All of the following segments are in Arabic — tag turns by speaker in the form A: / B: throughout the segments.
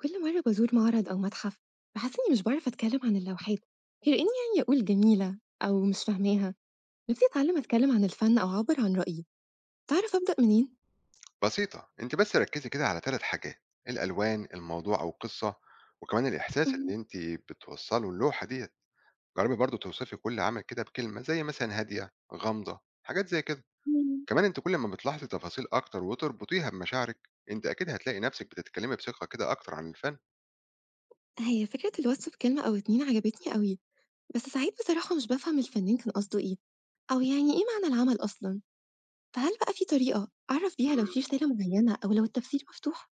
A: كل مرة بازور معرض أو متحف بحس إني مش بعرف أتكلم عن اللوحات غير إني يعني أقول جميلة أو مش فاهماها. نفسي أتعلم أتكلم عن الفن أو أعبر عن رأيي. تعرف أبدأ منين؟
B: بسيطة، انت بس ركزي كده على ثلاث حاجات: الألوان، الموضوع أو القصة، وكمان الإحساس اللي انت بتوصله اللوحة ديت. جربي برضو توصفي كل عمل كده بكلمة، زي مثلا هادية، غامضة، حاجات زي كده.
A: مم.
B: كمان انت كل ما بتلاحظي تفاصيل أكتر وتربطيها بمشاعرك، انت أكيد هتلاقي نفسك بتتكلمي بثقة كده أكتر عن الفن.
A: هي فكرة الوصف بكلمة أو اتنين عجبتني قوي، بس ساعات بصراحة مش بفهم الفنان كان قصده إيه، أو يعني إيه معنى العمل أصلا. فهل بقى في طريقة أعرف بيها لو
B: مم.
A: في رسالة معينة أو لو التفسير مفتوح؟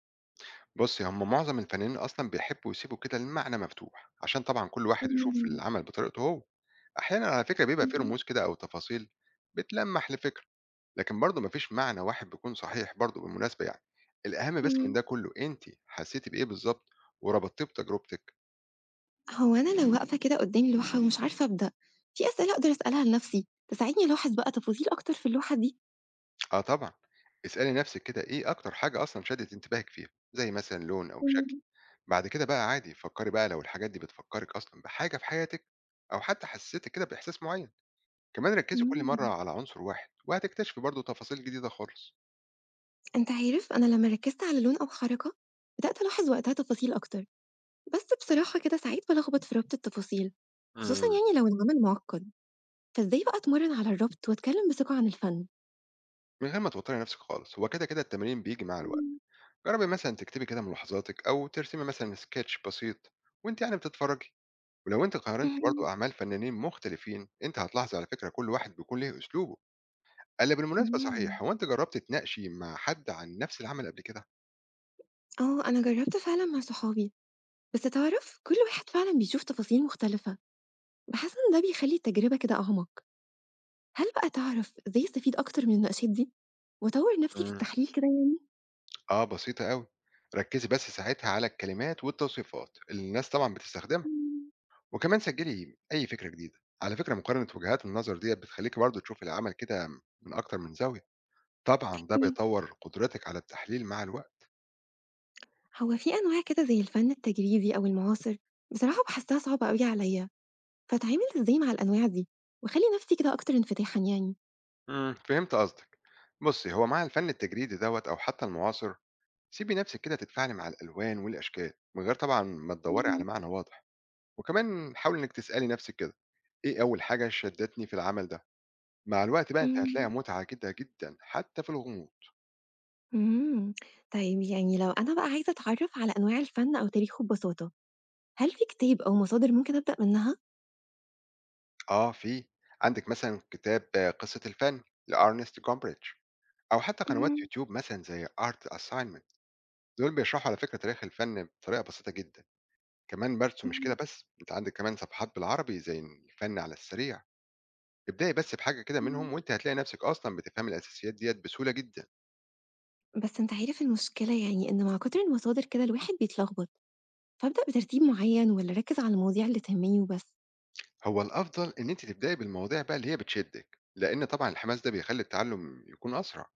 B: بصي، هم معظم الفنانين أصلا بيحبوا يسيبوا كده المعنى مفتوح، عشان طبعا كل واحد يشوف
A: مم.
B: العمل بطريقته هو. أحيانا على فكرة بيبقى فيه رموز كده أو تفاصيل بتلمح لفكرة، لكن برضه ما فيش معنى واحد بيكون صحيح برضه بالمناسبة يعني، الأهم بس من
A: مم.
B: ده كلّه أنتِ حسّيتِ بإيه بالضبط وربطتيه بتجربتِك؟
A: هو أنا لو واقفة كده قدّامي لوحة ومش عارفة أبدأ، في أسئلة أقدر أسألها لنفسي تساعدني ألاحظ بقى تفاصيل أكتر في اللوحة دي.
B: آه طبعًا، اسألي نَفْسِك كده إيه أكتر حاجة أصلًا شدِّت انتباهِك فيها، زي مثلًا لون أو شكل.
A: إمم.
B: بعد كده بقى عادي فكّري بقى لو الحاجات دي بتفكّرِك أصلًا بحاجة في حياتِك أو حتى حسّستِك كده بإحساس معيّن. كمان ركّزي كل مرّة
A: إمم.
B: على عنصر واحد وهتكتشفي برضه تفاصيل جديدة خالص.
A: أنت عارف أنا لمّا ركّزت على لون أو حركة، بدأت ألاحظ وقتها تفاصيل أكتر، بس بصراحة كده ساعات بالخبط في ربط التفاصيل، خصوصًا
B: إمم.
A: يعني لو العمل معقد، فإزاي بقى أتمرن على الربط وأتكلم بثقة عن الفن؟
B: من غير ما توتّري نَفْسِك خالص، هو كده، كده التمرين بييجي مع الوقت.
A: إمم.
B: جربي مثلا تكتبي كده ملاحظاتك او ترسمي مثلا سكتش بسيط وانت يعني بتتفرجي. ولو انت قارنتي
A: اهم.
B: برضه اعمال فنانين مختلفين، انت هتلاحظي على فكره كل واحد بيكون ليه اسلوبه. قال بالمناسبه
A: إمم.
B: صحيح، هو انت جربت تناقشي مع حد عن نفس العمل قبل كده؟
A: آه، أنا جرّبت فعلًا مع صحابي، بس تعرف كل واحد فعلًا بيشوف تفاصيل مختلفة، باحس إن ده بيخلّي التجربة كده أعمق. هل بقى تعرف إزاي أستفيد أكتر من المناقشات دي وأطور نفسي في
B: امم
A: التحليل كده يعني؟
B: اه بسيطه قوي. ركزي بس ساعتها على الكلمات والتوصيفات اللي الناس طبعا بتستخدمها،
A: إمم.
B: وكمان سجلي اي فكره جديده. على فكره مقارنه وجهات النظر ديت بتخليكي برضه تشوفي العمل كده من اكتر من زاويه. طبعا ده
A: أكيد.
B: بيطور قدرتك على التحليل مع الوقت.
A: هو في أنواع كده زي الفن التجريدي أو المعاصر، بصراحة باحسّها صعبة أوي عليَّ، فأتعامل إزاي مع الأنواع دي وأخلّي نفسي كده أكتر انفتاحًا يعني؟
B: امم، فهمت قصدك. بصي، هو مع الفن التجريدي دوت او حتى المعاصر، سيبي نفسك كده تتفاعلي مع الالوان والاشكال من غير طبعا ما تدوري على
A: إمم.
B: معنى واضح. وكمان حاولي انك تسالي نفسك كده: ايه اول حاجه شدتني في العمل ده؟ مع الوقت بقى انت
A: إمم.
B: هتلاقي متعه جدا جدا حتى في الغموض.
A: إمم. طيب يعني لو أنا بقى عايزة أتعرف على أنواع الفن أو تاريخه ببساطة، هل في كتاب أو مصادر ممكن أبدأ منها؟
B: اه في. عندك مثلا كتاب آه، قصه الفن لارنست جومبريدج، او حتى قنوات
A: إمم.
B: يوتيوب مثلا زي ارت اساينمنت. دول بيشرحوا على فكره تاريخ الفن بطريقه بسيطه جدا، كمان برسم. مش
A: إمم.
B: كده بس، أنتِ عندِك كمان صفحات بالعربي زي الفن على السريع. ابدئي بس بحاجة كده منهم
A: إمم.
B: وأنتِ هتلاقي نفسِك أصلًا بتفهمي الأساسيات ديّة بسهولة جدًا.
A: بس أنت عارف المشكلة يعني إن مع كتر المصادر كده الواحد بيتلخبط. فابدأ بترتيب معين والّا أركّز على المواضيع اللي تهمني وبس؟
B: هو الأفضل إن أنتِ تبدئي بالمواضيع بقى اللي هي بتشدِّك، لإن طبعًا الحماس ده بيخلّي التعلم يكون أسرع.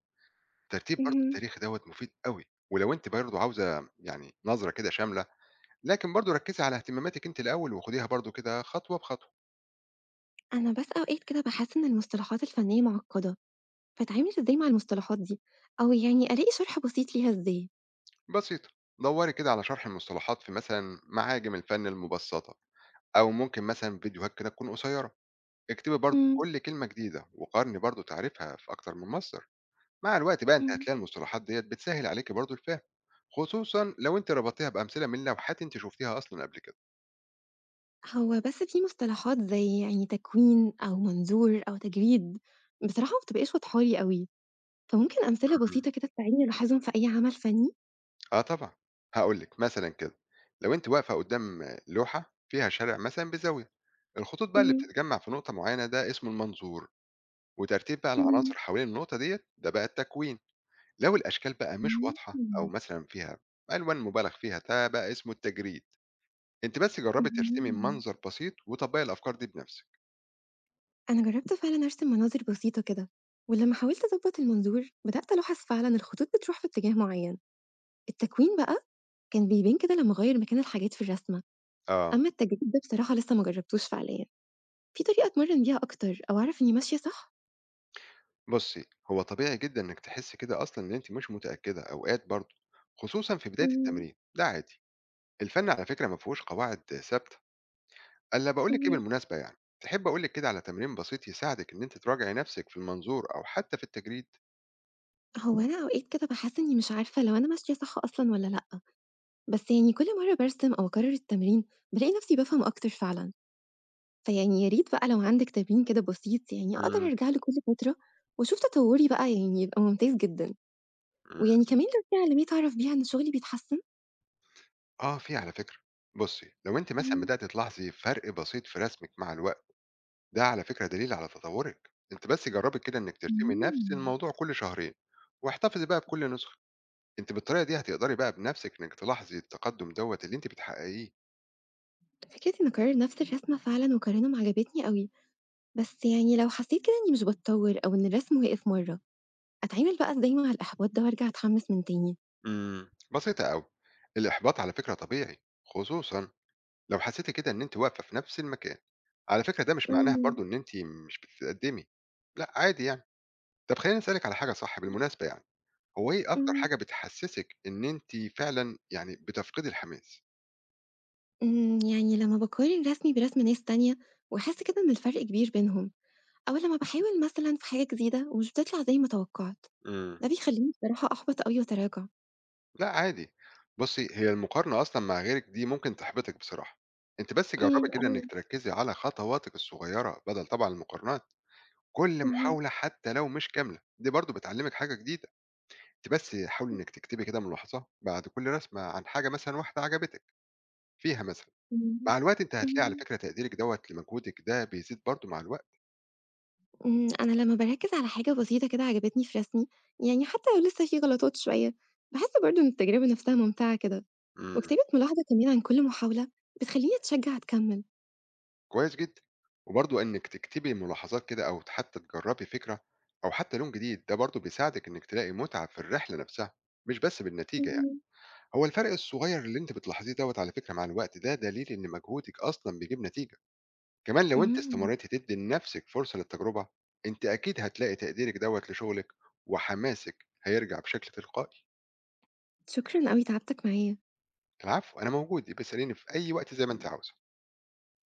B: الترتيب برضه
A: اهم.
B: التاريخي دوّة مفيد أوي، ولو أنتِ برضه عاوزة يعني نظرة كده شاملة. لكن برضه ركّزي على اهتماماتِك أنتِ الأول، وخديها برضه كده خطوة بخطوة.
A: أنا بس أوقات كده باحس إن المصطلحات الفنية معقدة، فاتعامل إزاي مع المصطلحات دي؟ أو يعني ألاقي شرح بسيط ليها إزاي؟
B: بسيطة، دوّري كده على شرح المصطلحات في مثلًا معاجم الفن المبسّطة، أو ممكن مثلًا فيديوهات كده تكون قصيرة. اكتبي برضو
A: إمم.
B: كل كلمة جديدة وقارني برضو تعريفها في أكتر من مصدر. مع الوقت بقى أنت
A: إمم.
B: هتلاقي المصطلحات ديت بتسهل عليكي برضو الفهم، خصوصا لو أنت ربطتيها بأمثلة من لوحات أنت شفتيها أصلا قبل كده.
A: هو بس في مصطلحات زي يعني تكوين أو منظور أو تجريد، بصراحة ما بتبقاش واضحة لي أوي، فممكن أمثلة
B: مم.
A: بسيطة كده تساعدني ألاحظهم في أي عمل فني؟
B: آه طبعا، هقول لك مثلا كده: لو أنت واقفة قدام لوحة فيها شارع مثلا بزاوية، الخطوط بقى اللي
A: إمم.
B: بتتجمع في نقطة معينة ده اسمه المنظور. وترتيب بقى
A: إمم.
B: العناصر حوالين النقطة ديت ده بقى التكوين. لو الأشكال بقى مش واضحة أو
A: إمم.
B: مثلا فيها ألوان مبالغ فيها، ده بقى اسمه التجريد. أنتِ بس جرّبي ترسمي
A: اهم.
B: منظر بسيط وطبّقي الأفكار دي بنفسِك.
A: أنا جربت فعلًا أرسم مناظر بسيطة كده، ولما حاولت أضبط المنظور بدأت ألاحظ فعلًا الخطوط بتروح في اتجاه معين، التكوين بقى كان بيبان كده لما أغير مكان الحاجات في الرسمة،
B: آه،
A: أما التجديد ده بصراحة لسه ما جربتوش فعليًا، في طريقة أتمرن بيها أكتر أو أعرف إني ماشية صح؟
B: بُصّي، هو طبيعي جدًا إنِّك تحسّي كده أصلًا إن أنتِ مش متأكدة أوقات برضه، خصوصًا في بداية
A: إمم.
B: التمرين، ده عادي. الفَن على فكرة ما فيهوش قواعد ثابتة. ألّا باقول لِك إيه
A: اهم.
B: بالمناسبة يعني، تحبّي أقول لِك كده على تمرين بسيط يساعدِك إن أنتِ تراجعي نفسِك في المنظور أو حتّى في التجريد؟
A: هو أنا أوقات كده باحس إني مش عارفة لو أنا ماشية صح أصلًا والّا لأ، بس يعني كل مرة بارسم أو أكرر التمرين بالاقي نفسي بافهم أكتر فعلًا. فيعني يا ريت بقى لو عندِك تمرين كده بسيط يعني أقدر
B: إمم،
A: أرجع له كل فترة وأشوف تطوُّري بقى يعني يبقى ممتاز جدًا،
B: إمم.
A: ويعني كمان لو في علامات أعرف بيها إن شغلي بيتحسن.
B: آه، في على فكرة. بُصّي، لو أنتِ مثلًا
A: إمم.
B: بدأتِ تلاحظي فرق بسيط في رسمِك مع الوقت، ده على فكرة دليل على تطورِك. أنتِ بس جرّبي كده إنِّك ترسمي نفس
A: إمم.
B: الموضوع كل شهرين، واحتفظي بقى بكل نسخة. أنتِ بالطريقة دي هتقدري بقى بنفسِك إنِّك تلاحظي التقدُّم دوّة اللي أنتِ بتحققيه.
A: فكرة إني أكرر نفس الرسمة فعلًا وأكررهم عجبتني أوي، بس يعني لو حسيت كده إني مش باتطوّر أو إن الرسم وقف مرّة، أتعامل بقى إزاي مع الإحباط ده وأرجع أتحمس من تاني؟
B: إمم، بسيطة أوي. الإحباط على فكرة طبيعي، خصوصًا لو حسيتِ كده إن أنتِ واقفة في نفس المكان، على فكرة ده مش معناه
A: إمم.
B: برضه إن أنتِ مش بتتقدّمي، لأ عادي يعني. طَب خلّيني أسألِك على حاجة صح بالمناسبة يعني، هو إيه أكتر
A: إمم.
B: حاجة بتحسّسِك إن أنتِ فعلًا يعني بتفقدي الحماس؟
A: إمم، يعني لمّا باقارن رسمي برسم ناس تانية وأحس كده إن الفرق كبير بينهم، أو لمّا باحاول مثلًا في حاجة جديدة ومش بتطلع زي ما توقعت.
B: إمم.
A: ده بيخلّيني بصراحة أحبط أوي وأتراجع.
B: لأ عادي، بُصّي هي المقارنة أصلًا مع غيرِك دي ممكن تحبطِك بصراحة. أنتِ بس
A: إمم،
B: جرّبي كده
A: أيوه.
B: إنِّك تركّزي على خطواتِك الصغيّرة بدل طبعًا المقارنات. كل
A: اهم.
B: محاولة حتى لو مش كاملة، دي برضه بتعلّمِك حاجة جديدة. أنتِ بس حاولي إنِّك تكتبي كده ملاحظة بعد كل رسمة عن حاجة مثلًا واحدة عجبتِك فيها مثلًا.
A: إمم.
B: مع الوقت أنتِ هتلاقي على
A: إمم.
B: فكرة تقديرِك دوّة لمجهودِك ده بيزيد برضه مع الوقت.
A: إمم، أنا لمّا باركّز على حاجة بسيطة كده عجبتني في رسمي، يعني حتى لو لسه في غلطات شوية، باحس برضه إن التجربة نفسها ممتعة كده،
B: إمم.
A: وكتابة ملاحظة كمان عن كل محاولة بتخلّيني أتشجع أكمّل.
B: كويس جدًا، وبرضه إنِّك تكتبي ملاحظات كده أو حتى تجرّبي فكرة أو حتى لون جديد، ده برضه بيساعدِك إنِّك تلاقي متعة في الرحلة نفسها، مش بس بالنتيجة يعني.
A: اهم.
B: هو الفرق الصغير اللي أنتِ بتلاحظيه دوّة على فكرة مع الوقت ده دليل إن مجهودِك أصلًا بيجيب نتيجة. كمان لو أنتِ
A: إمم،
B: استمريتِ تدّي لنفسِك فرصة للتجربة، أنتِ أكيد هتلاقي تقديرِك دوّة لشغلِك وحماسِك هيرجع بشكل تلقائي.
A: شكرًا أوي تعبتك معايا.
B: العفو، أنا موجود، يبقى اسأليني في أي وقت زي ما أنتِ عاوزة.